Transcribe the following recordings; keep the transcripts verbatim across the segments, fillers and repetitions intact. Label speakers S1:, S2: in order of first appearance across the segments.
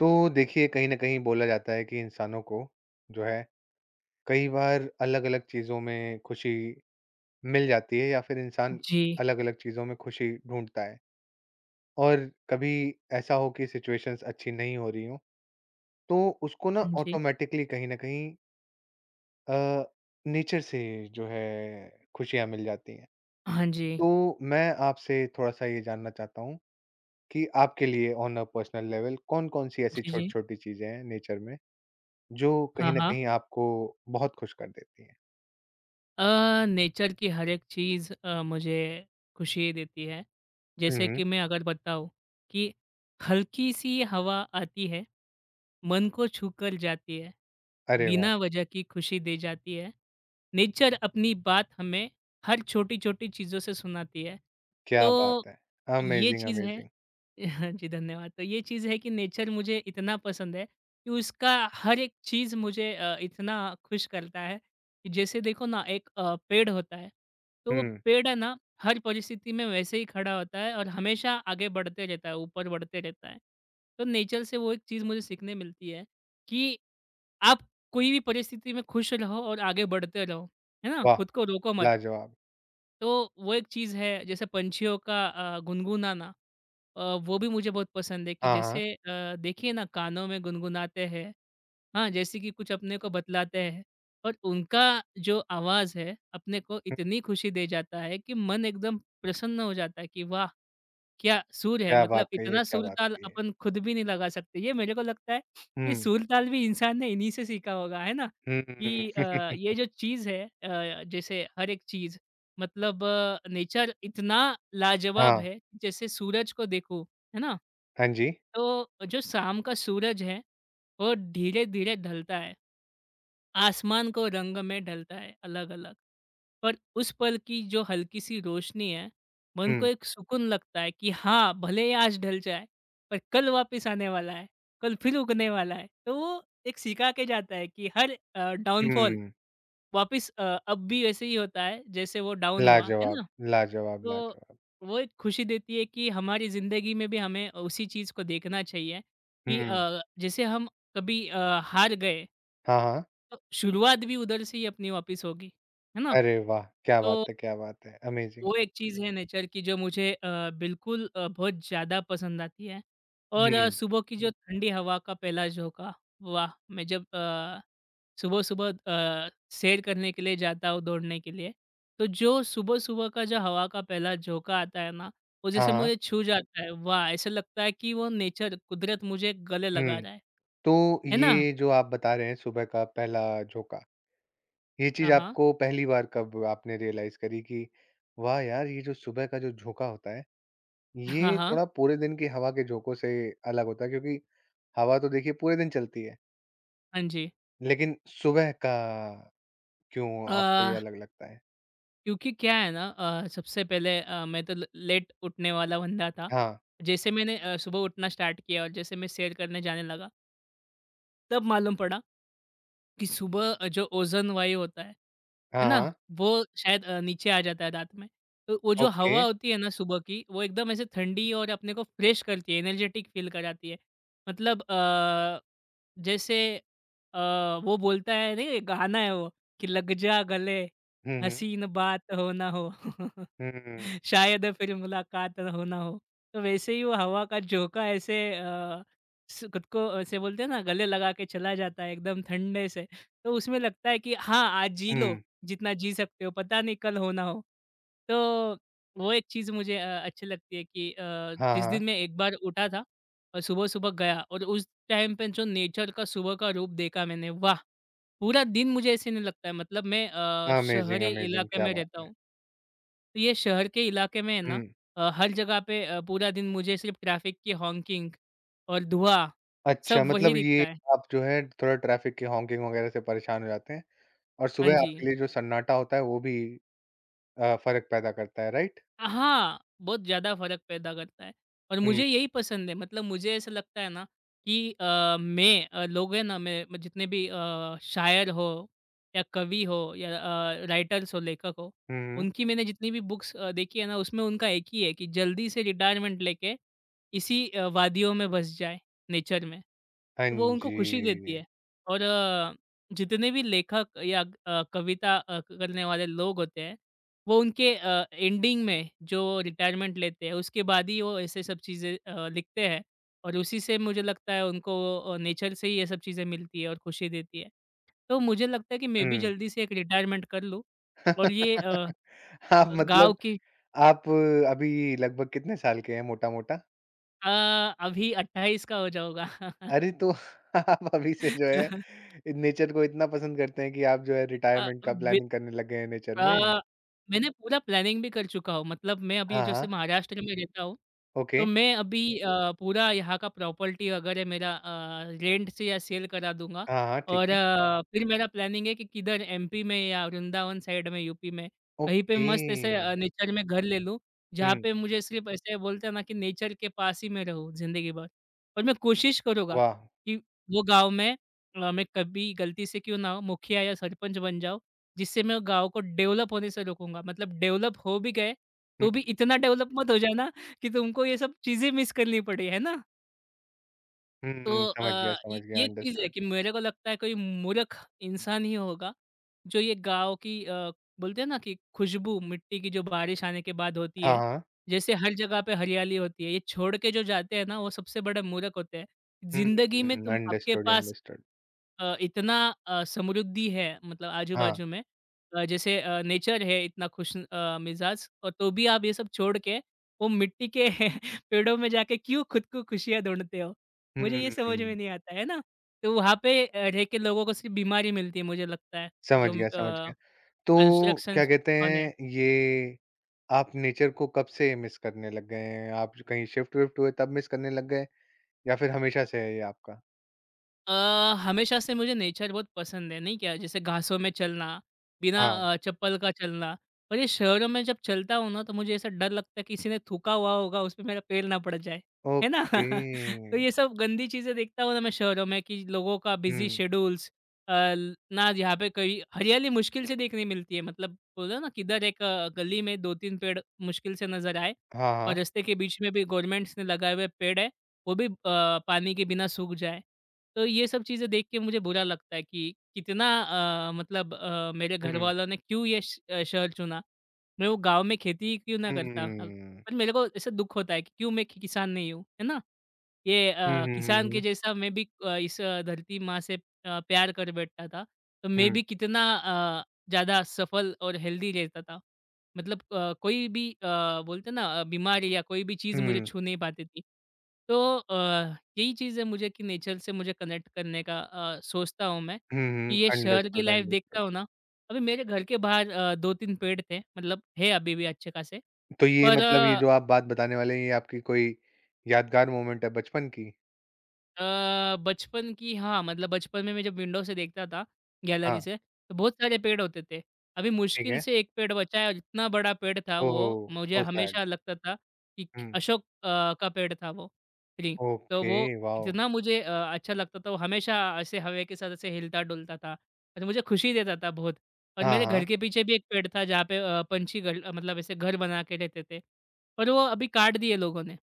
S1: तो देखिए कहीं न कहीं बोला जाता है कि इंसानों को जो है कई बार अलग-अलग चीज़ों में खुशी मिल जाती है या फिर इंसान
S2: जी,
S1: अलग-अलग चीज़ों में खुशी ढूँढता है। और कभी ऐसा हो कि सिचुएशंस अच्छी नहीं हो रही हों, तो उसको ना
S2: जी।
S1: ऑटोमैटिकली कहीं न कहीं अ, नेचर से जो है खुशियाँ मिल जाती हैं।
S2: हाँ जी।
S1: तो मैं आपसे थोड़ा-सा ये जानना चाहता हूँ कि आपके लिए ऑन अ पर्सनल लेवल कौन-कौन सी ऐसी
S2: जी, जी।
S1: छोटी-छोटी चीज़ें हैं नेचर में? जो
S2: हाँ,
S1: कहीं न
S2: हाँ।
S1: कहीं आपको बहुत खुश कर देती हैं।
S2: अ, नेचर की हर एक चीज़ अ, मुझे खुशी देती है।
S1: हुँ,
S2: जैसे
S1: हुँ।
S2: कि मैं अगर बताऊँ कि हल्की-सी हवा आती है, मन को छू कर जाती है,
S1: अरे वाह!
S2: बिना वजह की खुशी दे जाती है। नेचर अपनी बात हमें हर छोटी-छोटी चीज़ों से सुनाती है। तो
S1: क्या बात है।
S2: ये
S1: अमेज़िंग,
S2: चीज़ है।
S1: अमेज़िंग।
S2: जी धन्यवाद। तो ये चीज़ है कि नेचर मुझे इतना पसंद है कि उसका हर एक चीज़ मुझे अ, इतना खुश करता है कि जैसे देखो ना, एक अ, पेड़ होता है, तो वो
S1: हुँ,
S2: पेड़ है ना, हर परिस्थिति में वैसे ही खड़ा होता है और हमेशा आगे बढ़ते रहता है, ऊपर बढ़ते रहता है। तो नेचर से वो एक चीज़ मुझे सीखने मिलती है कि आप कोई भी परिस्थिति में खुश रहो और आगे बढ़ते रहो, है ना?
S1: वाह!
S2: खुद को रोको मत।
S1: लाजवाब।
S2: तो वो एक चीज़ है, जैसे पंछियों का अ, गुनगुनाना। अ, वो भी मुझे बहुत पसंद है कि
S1: हाँ, हाँ।
S2: जैसे अ, देखिए ना, कानों में गुनगुनाते हैं। हाँ, जैसे कि कुछ अपने को बतलाते हैं और उनका जो आवाज़ है अपने को
S1: हुँ,
S2: इतनी खुशी दे जाता है कि मन एकदम प्रसन्न हो जाता है कि वाह! क्या सुर है,
S1: क्या बात
S2: मतलब
S1: कही है,
S2: इतना
S1: क्या
S2: सुर
S1: बात
S2: ताल
S1: कही है।
S2: अपन खुद भी नहीं लगा सकते। ये मेरे को लगता है, ये
S1: हुँ,
S2: सुर ताल भी इंसान ने इन्हीं से सीखा होगा, है ना?
S1: हुँ।
S2: कि अ, ये जो चीज़ है, अ, जैसे हर एक चीज़ मतलब नेचर इतना लाजवाब
S1: हाँ,
S2: है, जैसे सूरज को देखो, है ना?
S1: हाँ जी।
S2: तो जो शाम का सूरज है, वो धीरे-धीरे ढलता है। आसमान को रंग में ढलता है अलग-अलग। पर उस पल की जो हल्की-सी रोशनी है, मन को
S1: हुँ,
S2: एक सुकून लगता है कि हाँ, भले ही आज ढल जाए, पर कल वापस आने वाला है, कल फिर उगने वाला है। तो वो एक सिखा के जाता है कि हर अ, डाउनफॉल
S1: हुँ।
S2: वापस अ, अब भी वैसे ही होता है, जैसे वो डाउन हुआ, है
S1: लाजवाब,
S2: ना?
S1: लाजवाब,
S2: तो
S1: लाजवाब।
S2: वो एक खुशी देती है कि हमारी ज़िंदगी में भी हमें उसी चीज़ को देखना चाहिए कि
S1: हुँ,
S2: अ, जैसे हम कभी अ, हार गए,
S1: हाँ, हाँ।
S2: तो शुरुआत भी उधर से ही अपनी वापस होगी, है ना?
S1: अरे वाह! क्या बात
S2: तो
S1: है, क्या बात है। अमेज़िंग।
S2: वो एक चीज़ है नेचर की जो मुझे अ, बिल्कुल अ, बहुत ज़्यादा पसंद आती है। और अ,
S1: हुँ,
S2: सुबह की जो हुँ। ठंडी हवा का पहला झोंका, वाह! मैं जब अ, सुबह-सुबह अ, सैर करने के लिए जाता हूँ, दौड़ने के लिए, तो जो सुबह-सुबह का जो हवा का पहला झोंका आता है ना, वो
S1: हाँ,
S2: जैसे
S1: हाँ।
S2: मुझे छू जाता है, वाह! ऐसा लगता है कि वो नेचर, कुदरत मुझे गले लगा
S1: हुँ,
S2: रहा है।
S1: तो
S2: है ना?
S1: ये जो आप बता रहे हैं सुबह का पहला झोंका, ये चीज़
S2: हाँ, हाँ।
S1: आपको पहली बार कब आपने रियलाइज़ करी कि वाह यार! ये जो सुबह का जो झोंका होता है,
S2: हाँ,
S1: ये
S2: हाँ।
S1: थोड़ा पूरे दिन की हवा के झोंकों से अलग होता है क्योंकि हवा तो देखिए पूरे दिन चलती है,
S2: हाँ जी।
S1: लेकिन सुबह का क्यों
S2: अ
S1: आपको ये अलग लगता है?
S2: क्योंकि क्या है ना, अ, सबसे पहले अ, मैं तो ल लेट उठने वाला बंदा था।
S1: हाँ।
S2: जैसे मैंने अ, सुबह उठना स्टार्ट किया और जैसे मैं सैर करने जाने लगा, तब मालूम पड़ा कि सुबह जो ओज़ोन वायु होता है, है
S1: हाँ,
S2: ना?
S1: हाँ।
S2: वो शायद अ, नीचे आ जाता है रात में। तो वो जो
S1: ओके।
S2: हवा होती है ना सुबह की, वो एकदम ऐसे ठंडी और अपने को फ्रेश करती है, एनर्जेटिक फ़ील कराती है। मतलब अ, जैसे अ, वो बोलता है नहीं, एक गाना है वो, कि लग जा गले,
S1: हुँ, हुँ।
S2: हसीन बात हो ना हो,
S1: हुँ,
S2: शायद फिर मुलाकात हो ना हो। तो वैसे ही वो हवा का झोंका ऐसे अ, स खुद को ऐसे बोलते हैं ना, गले लगा के चला जाता है एकदम ठंडे से। तो उसमें लगता है कि हाँ, आज जी लो,
S1: हुँ।
S2: जितना जी सकते हो, पता नहीं कल हो ना हो। तो वो एक चीज़ मुझे अ, अच्छी लगती है कि अ,
S1: हाँ,
S2: जिस
S1: हाँ।
S2: दिन मैं एक बार उठा था और सुबह-सुबह गया और उस टाइम पे जो नेचर का सुबह का रूप देखा मैंने, वाह! पूरा दिन मुझे ऐसे नहीं लगता है। मतलब मैं अ,
S1: अमेज़िंग,
S2: शहरी
S1: अमेज़िंग!
S2: इलाके
S1: क्या
S2: में
S1: बात
S2: रहता
S1: है।
S2: हूँ। तो ये शहर के इलाके में है
S1: हुँ।
S2: ना, अ, हर जगह पे अ, पूरा दिन मुझे सिर्फ़ ट्रैफ़िक की हॉकिंग और धुआँ,
S1: अच्छा
S2: सब वही
S1: मतलब ये
S2: दिखता है।
S1: आप जो है थोड़ा ट्रैफ़िक के हॉकिंग वगैरह से परेशान हो जाते हैं और
S2: हाँ
S1: सुबह
S2: जी।
S1: आपके लिए जो सन्नाटा होता है वो भी अ, फ़र्क पैदा करता है, राइट?
S2: हाँ, बहुत ज़्यादा फ़र्क पैदा करता है और
S1: हुँ,
S2: मुझे यही पसंद है। मतलब मुझे ऐसा लगता है ना कि अ, मैं अ, लोग हैं ना, मैं मैं जितने भी अ, शायर हो या कवि हो या अ, राइटर्स हो, लेखक हो,
S1: हुँ।
S2: उनकी मैंने जितनी भी बुक्स अ, देखी है ना, उसमें उनका एक ही है कि जल्दी से रिटायरमेंट लेके इसी अ, वादियों में बस जाए, नेचर में।
S1: हाँ
S2: तो वो उनको
S1: जी।
S2: खुशी देती है। और अ, जितने भी लेखक या अ, कविता अ, करने वाले लोग होते हैं, वो उनके अ, एंडिंग में जो रिटायरमेंट लेते हैं, उसके बाद ही वो ऐसे सब चीज़ें अ, लिखते हैं, और उसी से मुझे लगता है उनको अ, नेचर से ही ये सब चीज़ें मिलती है और खुशी देती है। तो मुझे लगता है कि मैं भी
S1: हुँ।
S2: जल्दी से एक रिटायरमेंट कर लूँ और ये अ
S1: आप
S2: अ, गाँव
S1: मतलब
S2: की
S1: आप अभी लगभग कितने साल के हैं मोटा-मोटा?
S2: अ, अभी अट्ठाईस का हो जाऊँगा।
S1: अरे! तो आप अभी से जो है नेचर को इतना पसंद करते हैं कि आप जो है
S2: अ,
S1: रिटायरमेंट का
S2: बि
S1: प्लानिंग करने लग गए हैं नेचर में?
S2: अ, मैंने पूरा प्लानिंग भी कर चुका हूँ। मतलब मैं अभी
S1: हाँ,
S2: जैसे
S1: हाँ।
S2: महाराष्ट्र में रहता हूँ,
S1: ओके।
S2: तो मैं अभी अ, पूरा यहाँ का प्रॉपर्टी वगैरह मेरा अ, रेंट से या सेल करा दूँगा।
S1: हाँ, हाँ, ठीक
S2: और
S1: है।
S2: अ, फिर मेरा प्लानिंग है कि किधर एमपी में या वृंदावन साइड में, यूपी में, कहीं पे
S1: ओके।
S2: मस्त ऐसे अ, नेचर में घर ले लूँ, जहाँ
S1: हुँ,
S2: पे मुझे सिर्फ़ ऐसे बोलते हैं ना कि नेचर के पास ही मैं रहूँ ज़िंदगी भर। और मैं कोशिश करूँगा
S1: वाह!
S2: कि वो गाँव में अ, मैं कभी गलती से क्यों ना हो मुखिया या सरपंच बन जाऊँ, जिससे मैं गाँव को डेवलप होने से रोकूँगा। मतलब डेवलप हो भी गए,
S1: हुँ,
S2: तो भी इतना डेवलप मत हो जाना कि तुमको ये सब चीज़ें मिस करनी पड़े, है ना? तो
S1: हुँ, समझ गया,
S2: अ,
S1: समझ
S2: य
S1: गया,
S2: ये चीज़ है
S1: अंडरस्टूड।
S2: कि मेरे को लगता है, कोई मूर्ख इंसान ही होगा जो ये गाँव की, अ, बोलते हैं ना, कि खुशबू मिट्टी की जो बारिश आने के बाद होती
S1: हाँ,
S2: है,
S1: हाँ।
S2: जैसे हर जगह पे हरियाली होती है, ये छोड़ के जो जाते हैं ना, वो सबसे बड़े मूर्ख होते हैं।
S1: हुँ,
S2: ज़िंदगी में तुम, आपके
S1: अंडरस्टूड,
S2: पास
S1: अंडरस्टूड।
S2: अ, इतना अ, समृद्धि है, मतलब
S1: हाँ।
S2: आजू-बाजू में अ, जैसे अ, नेचर है इतना खुश अ, मिजाज, और तो भी आप ये सब छोड़ के वो मिट्टी के पेड़ों में जाके क्यों खुद को खुशियाँ ढूँढते हो? मुझे ये समझ
S1: हुँ,
S2: में नहीं आता है ना? तो वहाँ पे अ, रह के लोगों को सिर्फ़ बीमारी मिलती है, मुझे लगता है,
S1: समझ
S2: जो
S1: गया, समझ
S2: अ,
S1: गया। तो क्या
S2: कंस्ट्रक्शंस
S1: कहते
S2: होने
S1: हैं ये आप नेचर को कब से मिस करने लग गए हैं? आप जो कहीं शिफ्ट विफ्ट हुए तब मिस करने लग गए या फिर हमेशा से है ये आपका?
S2: अ, हमेशा से मुझे नेचर बहुत पसंद है, नहीं क्या? जैसे घासों में चलना, बिना
S1: हाँ,
S2: अ, चप्पल का चलना। पर ये शहरों में जब चलता हूँ ना, तो मुझे ऐसा डर लगता है किसी ने थूका हुआ होगा, उसपे मेरा पैर ना पड़ जाए। है ना?
S1: ओके।
S2: तो ये सब गंदी चीज़ें देखता हूँ ना मैं शहरों में कि लोगों का बिज़ी
S1: हुँ,
S2: शेड्यूल्स, अ, ल ना यहाँ पे कहीं हरियाली मुश्किल से देखने मिलती है। मतलब बोला ना, किधर एक अ, गली में दो तीन पेड़ मुश्किल से नज़र आए,
S1: हाँ,
S2: और
S1: हाँ।
S2: रास्ते के बीच में भी गवर्नमेंट्स ने लगाए हुए पेड़ है, वो भी अ, पानी के बिना सूख जाए। तो ये सब चीज़ें देख के मुझे बुरा लगता है कि कितना अ, मतलब अ, मेरे
S1: हुँ, हुँ।
S2: घरवालों ने क्यों ये श अ, शहर चुना। मैं वो गाँव में खेती क्यों ना करता? अ, पर मेरे को ऐसा दुःख होता है कि क्यों मैं कि किसान नहीं हूँ, है ना? ये
S1: हुँ,
S2: अ,
S1: हुँ, हुँ,
S2: किसान के
S1: हुँ।
S2: जैसा मैं भी अ, इस अ, धरती माँ से अ, प्यार कर बैठता था, तो मैं
S1: हुँ,
S2: भी कितना अ, ज़्यादा सफल और हेल्दी रहता था। मतलब अ, कोई भी अ, बोलते हैं ना, अ, बीमारी या कोई भी चीज़ मुझे
S1: हुँ,
S2: छू नहीं पाती थी। तो अ, यही चीज़ है मुझे कि नेचर से मुझे कनेक्ट करने का अ, सोचता हूँ मैं,
S1: हुँ,
S2: कि
S1: हुँ।
S2: ये शहर की
S1: अंडरस्टूड,
S2: लाइफ़
S1: अंडरस्टूड।
S2: देखता हूँ ना, अभी मेरे घर के बाहर अ, दो तीन पेड़ थे, मतलब है अभी भी अच्छे खासे,
S1: तो ये
S2: पर
S1: मतलब ये जो आप बात बताने वाले हैं ये आपकी कोई यादगार मोमेंट है बचपन की?
S2: अ, बचपन की हाँ, मतलब बचपन में मैं जब विंडो से देखता था,
S1: हाँ,
S2: गैलरी से, तो बहुत सारे पेड़ होते थे। अभी
S1: ठीक
S2: मुश्किल
S1: है।
S2: से एक पेड़ बचा है, और इतना बड़ा पेड़ था
S1: ओहो!
S2: वो, मुझे
S1: सो सैड।
S2: हमेशा लगता था कि क
S1: हुँ,
S2: अशोक अ, का पेड़ था वो, ट्री। तो
S1: ओके,
S2: वो
S1: वॉव!
S2: इतना मुझे अ, अच्छा लगता था, वो हमेशा ऐसे हवा के साथ ऐसे हिलता-डुलता था और मुझे खुशी देता था बहुत। और
S1: हाँ,
S2: मेरे घर
S1: हाँ।
S2: के पीछे भी एक पेड़ था जहाँ पे अ, पंछी घर अ, मतलब ऐसे घर बना के रहते थे, पर वो अभी काट दिए लोगों ने,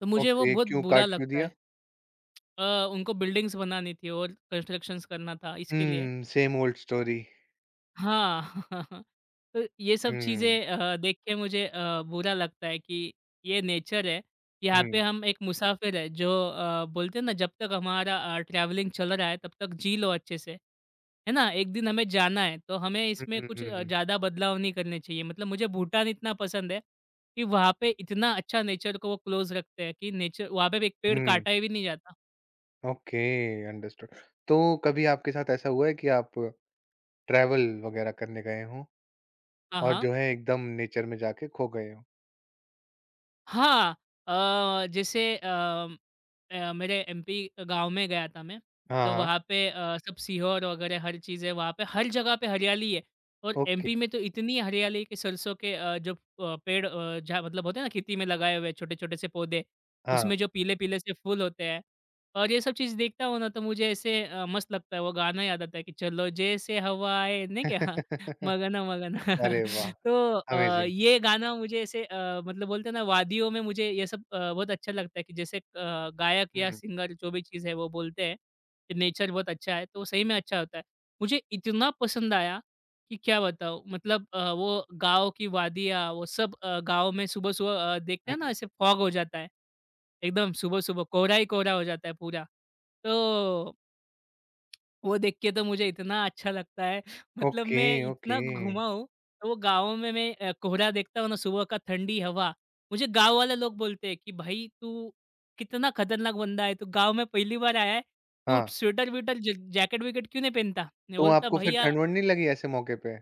S2: तो मुझे वो
S1: ओके,
S2: बहुत
S1: क्यों
S2: बुरा
S1: काट क्यों
S2: लगता
S1: दिया?
S2: है। अ, उनको बिल्डिंग्स बनानी थी और कंस्ट्रक्शंस करना था इसके लिए।
S1: हुँ, सेम ओल्ड स्टोरी।
S2: हाँ। तो ये सब
S1: हुँ,
S2: चीज़ें अ, देख के मुझे अ, बुरा लगता है कि ये नेचर है, यहाँ पे
S1: हुँ,
S2: हम एक मुसाफिर है, जो अ, बोलते हैं ना, जब तक हमारा ट्रैवलिंग चल रहा है तब तक जी लो अच्छे से, है ना, एक दिन हमें जाना है, तो हमें
S1: हुँ,
S2: इसमें
S1: हुँ,
S2: कुछ
S1: हुँ,
S2: अ,
S1: हुँ,
S2: ज़्यादा बदलाव नहीं करने चाहिए। मतलब मुझे भूटान इतना पसंद है कि वहाँ पे इतना अच्छा नेचर को वो क्लोज रखते हैं कि नेचर वहाँ पे एक पेड़
S1: हुँ।
S2: काटा ही भी नहीं जाता।
S1: Okay, understood. तो कभी आपके साथ ऐसा हुआ है कि आप ट्रैवल वगैरह करने गए हों
S2: हाँ
S1: और
S2: हाँ
S1: जो है एकदम नेचर में जाके खो गए हों?
S2: हाँ, अ, जैसे अम, अ, मेरे एमपी गाँव में गया था मैं,
S1: हाँ,
S2: तो
S1: हाँ,
S2: वहाँ पे अ, सब सीहोर वगैरह हर चीज़ है वहाँ पे, हर जगह पे हरियाली है। और
S1: ओके,
S2: एमपी में तो इतनी हरियाली है कि सरसों के अ, जो अ, पेड़ अ, जहाँ मतलब होते हैं ना खेती में लगाए हुए छोटे-छोटे से पौधे,
S1: हाँ।
S2: उसमें जो पीले-पीले से फूल होते हैं। और ये सब चीज़ देखता हूँ ना तो मुझे ऐसे अ, मस्त लगता है, वो गाना याद आता है कि चलो जैसे हवाएँ नहीं क्या? मगन मगन
S1: अरे वाह!
S2: तो अ,
S1: अमेज़िंग।
S2: ये गाना मुझे ऐसे अ, मतलब बोलते हैं ना वादियों में मुझे ये सब अ, बहुत अच्छा लगता है कि जैसे अ, गायक या
S1: हुँ,
S2: सिंगर जो भी चीज़ है वो बोलते हैं कि नेचर बहुत अच्छा है तो सही में अच्छा होता है। मुझे इतना पसंद आया कि क्या बताऊँ मतलब अ, वो गाँव की वादियाँ वो सब अ, गाँव में सुबह-सुबह अ, देखते
S1: हुँ,
S2: हैं ना ऐसे फॉग हो जाता है। एकदम सुबह-सुबह कोहरा ही कोहरा हो जाता है पूरा। तो वो देख के तो मुझे इतना अच्छा लगता है, मतलब
S1: ओके,
S2: मैं
S1: ओके।
S2: इतना घूमा हूँ, तो वो गाँव में मैं अ, कोहरा देखता हूँ ना सुबह का, ठंडी हवा, मुझे गाँव वाले लोग बोलते हैं कि भाई तू कितना खतरनाक बंदा है, तू गाँव में पहली बार आया है, तू
S1: हाँ,
S2: स्वेटर-वेटर ज जैकेट-वैकेट क्यों नहीं पहनता? मैं
S1: तो
S2: बोलता
S1: आपको फिर
S2: भैया
S1: ठंड-वंड नहीं लगी ऐसे मौके पे?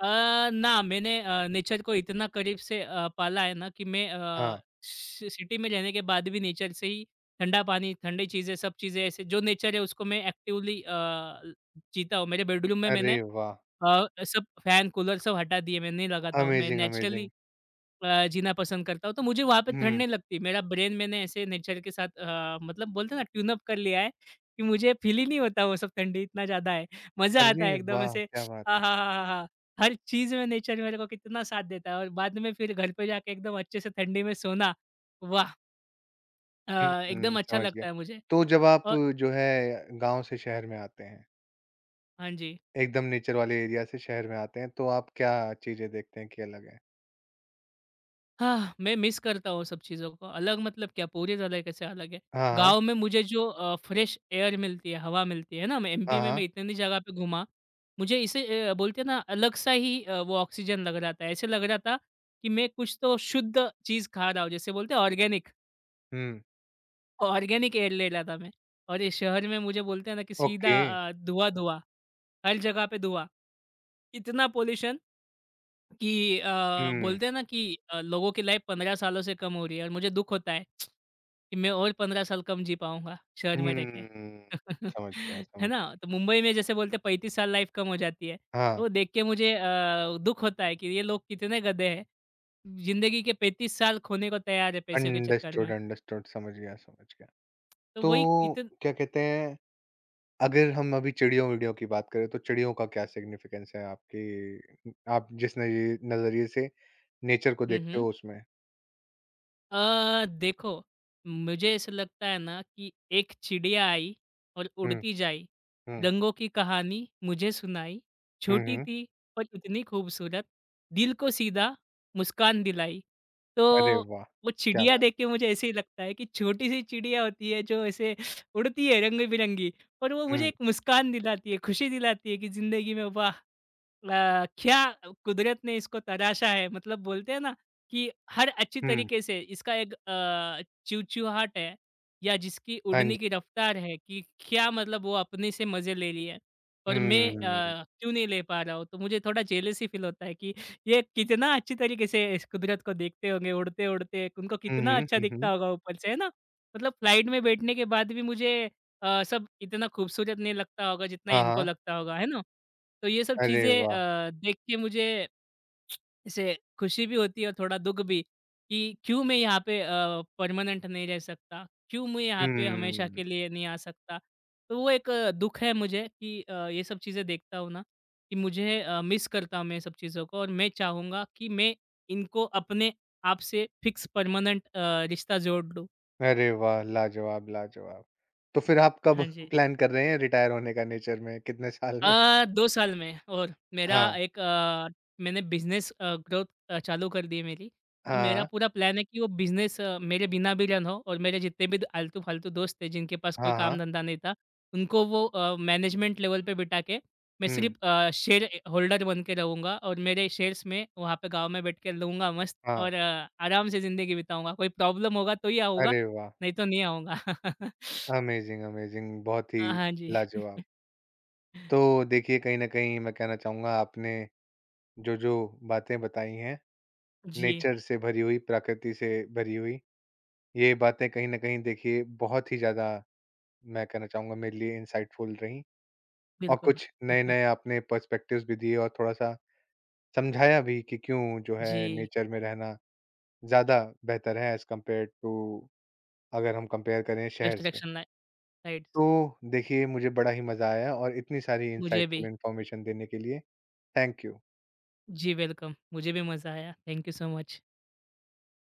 S2: अ, ना मैंने अ, नेचर को इतना करीब से अ, पाला है ना कि मैं
S1: हाँ,
S2: अ, सि सिटी में रहने के बाद भी नेचर से ही ठंडा पानी, ठंडी चीज़ें, सब चीज़ें ऐसे जो नेचर है उसको मैं एक्टिवली अ, ल जीता हूँ। मेरे बेडरूम में
S1: अरे
S2: मैंने
S1: वाह!
S2: अ, सब फैन, कूलर सब हटा दिए, मैं नहीं लगाता हूँ। मैं
S1: अमेज़िंग,
S2: नेचुरली
S1: अमेज़िंग।
S2: अ, जीना पसंद करता हूँ, तो मुझे वहाँ पे ठंड
S1: हुँ,
S2: नहीं लगती। मेरा ब्रेन मैंने ऐसे नेचर के साथ अ, मतलब बोलते हैं ना ट्यून अप कर लिया है, कि मुझे फ़ील ही नहीं होता वो सब ठंडी इतना ज़्यादा है। मज़ा आता
S1: अरे
S2: है एकदम
S1: वाह!
S2: ऐसे
S1: क्या बात!
S2: "आहा हा हा हा!" हर चीज़ में नेचर मेरे को कितना साथ देता है और बाद में फिर घर पे जाके एकदम अच्छे से ठंडी में सोना, वाह! अ,
S1: हुँ, हुँ,
S2: एकदम अच्छा
S1: समझ गया।
S2: लगता है मुझे।
S1: तो जब आप
S2: और
S1: जो है गाँव से शहर में आते हैं,
S2: हाँ जी।
S1: एकदम नेचर वाले एरिया से शहर में आते हैं, तो आप क्या चीज़ें देखते हैं कि अलग है?
S2: हाँ, मैं मिस करता हूँ सब चीज़ों को। अलग मतलब क्या, पूरी तरीके से अलग है।
S1: हाँ, हाँ।
S2: गाँव में मुझे जो अ, फ्रेश एयर मिलती है, हवा मिलती है ना, मैं
S1: हाँ,
S2: एमपी में
S1: हाँ।
S2: मैं इतनी जगह पे घूमा, मुझे इसे अ, बोलते हैं ना अलग-सा ही अ, वो ऑक्सीजन लग रहा था। ऐसे लग रहा था कि मैं कुछ तो शुद्ध चीज़ खा रहा हूँ, जैसे बोलते हैं ऑर्गेनिक,
S1: हुँ,
S2: ऑर्गेनिक एयर ले रहा था मैं। और ये शहर में मुझे बोलते हैं ना कि सीधा
S1: ओके।
S2: अ, धुआँ-धुआँ, हर जगह पे धुआँ। इतना पॉल्यूशन कि अ,
S1: हुँ,
S2: बोलते हैं ना कि अ, लोगों की लाइफ पंद्रह सालों से कम हो रही है और मुझे दुःख होता है कि मैं और पंद्रह साल कम जी पाऊँगा शहर में रह के।
S1: हुँ, समझ गया,
S2: है
S1: समझ गया।
S2: ना? तो मुंबई में जैसे बोलते हैं पैंतीस साल लाइफ कम हो जाती है। तो
S1: हाँ,
S2: वो देख के मुझे अ, दुःख होता है कि ये लोग कितने गधे हैं। ज़िंदगी के पैंतीस साल खोने को तैयार है पैसों के चक्कर
S1: अंडरस्टूड,
S2: में।
S1: अंडरस्टूड, समझ गया, समझ गया।
S2: तो
S1: तो
S2: वही इतन
S1: क्या कहते हैं, अगर हम अभी चिड़ियों-विड़ियों की बात करें, तो चिड़ियों का क्या सिग्निफिकेंस है आपकी आप जिस नज़ नज़रिए से नेचर को
S2: हुँ,
S1: देखते
S2: हुँ।
S1: हो उसमें?
S2: अ, देखो, मुझे ऐसा लगता है ना कि एक चिड़िया आई और
S1: हुँ,
S2: उड़ती जाई,
S1: हुँ।
S2: रंगों की कहानी मुझे सुनाई,
S1: हुँ,
S2: छोटी
S1: हुँ।
S2: थी पर इतनी खूबसूरत, दिल को सीधा मुस्कान दिलाई। तो
S1: अरे वाह!
S2: वो
S1: क्या
S2: चिड़िया
S1: बात
S2: देख के मुझे ऐसे ही लगता है कि छोटी-सी चिड़िया होती है जो ऐसे उड़ती है रंग-बिरंगी और वो
S1: है।
S2: मुझे
S1: हुँ,
S2: एक मुस्कान दिलाती है, खुशी दिलाती है कि ज़िंदगी में वाह! अ, क्या कुदरत ने इसको तराशा है, मतलब बोलते हैं ना कि हर अच्छी
S1: हुँ।
S2: तरीके से इसका एक अ, चिवचिवाहट है या जिसकी
S1: हाँ जी।
S2: उड़ने की रफ्तार है कि क्या, मतलब वो अपने से मज़े ले रही है और मैं
S1: हम्म।
S2: अ, क्यों नहीं ले पा रहा हूँ। तो मुझे थोड़ा जेलसी फील होता है कि ये कितना अच्छी तरीके से इस कुदरत को देखते होंगे उड़ते-उड़ते, उनको
S1: हुँ,
S2: कितना
S1: हुँ,
S2: अच्छा
S1: हुँ, हुँ।
S2: दिखता होगा ऊपर से, है ना? मतलब फ्लाइट में बैठने के बाद भी मुझे अ, सब इतना खूबसूरत नहीं लगता होगा जितना
S1: हाँ,
S2: इनको
S1: हाँ।
S2: लगता होगा, है ना? तो ये सब
S1: अरे
S2: चीज़ें
S1: वाह!
S2: अ, देख के मुझे ऐसे खुशी भी होती है और थोड़ा दुःख भी कि क्यों मैं यहाँ पे अ, परमानेंट नहीं रह सकता, क्यों मैं यहाँ पे हमेशा
S1: हम्म।
S2: के लिए नहीं आ सकता। तो वो एक दुःख है मुझे कि अ, ये सब चीज़ें देखता हूँ ना कि मुझे अ, मिस करता हूँ मैं ये सब चीज़ों को और मैं चाहूँगा कि मैं इनको अपने आप से फिक्स परमानेंट अ, रिश्ता जोड़ लूँ।
S1: अरे वाह! लाजवाब, लाजवाब। तो फिर आप कब
S2: हाँ जी।
S1: प्लान कर रहे हैं रिटायर होने का नेचर में? कितने साल में?
S2: अ, दो साल में और मेरा
S1: हाँ।
S2: एक अ, मैंने बिज़नेस अ, ग्रोथ अ, चालू कर दी है मेरी।
S1: हाँ,
S2: तो मेरा
S1: हाँ।
S2: पूरा प्लान है कि वो बिज़नेस अ, मेरे बिना भी रन हो और मेरे जितने भी द आलतू-फालतू दोस्त थे जिनके पास कोई
S1: हाँ, हाँ।
S2: काम-धंधा नहीं था, उनको वो अ, मैनेजमेंट लेवल पे बिठा के मैं
S1: हुँ,
S2: सिर्फ़ अ, शेयर ए होल्डर बन के रहूँगा और मेरे शेयर्स में वहाँ पे गाँव में बैठ के लूँगा मस्त
S1: हाँ।
S2: और अ, आराम से ज़िंदगी बिताऊँगा। कोई प्रॉब्लम होगा तो ही आऊँगा,
S1: अरे वाह!
S2: नहीं तो नहीं आऊँगा।
S1: Amazing, amazing. बहुत ही
S2: अ, हाँ जी।
S1: लाजवाब। तो देखिए कहीं न कहीं मैं कहना चाहूँगा आपने जो-जो बातें बताई हैं,
S2: जी,
S1: नेचर से भरी हुई, प्रकृति से भरी हुई ये बातें कहीं न कहीं देखिए बहुत ही ज़्यादा मैं कहना चाहूँगा मेरे लिए इनसाइटफुल रहीं और
S2: बिल्कुल।
S1: कुछ नए-नए आपने पर्सपेक्टिव्स भी दिए और थोड़ा-सा समझाया भी कि क्यों जो है
S2: जी।
S1: नेचर में रहना ज़्यादा बेहतर है एज़ कम्पेयर्ड टू अगर हम कंपेयर करें शहर
S2: बेस्ट
S1: से।
S2: इलेक्शन रा राइट्स।
S1: तो देखिए मुझे बड़ा ही मज़ा आया और इतनी सारी
S2: मुझे
S1: इनसाइटफुल
S2: भी।
S1: इन्फॉर्मेशन देने के लिए थैंक यू।
S2: Ji, welcome. मुझे भी मज़ा आया। Thank you so much.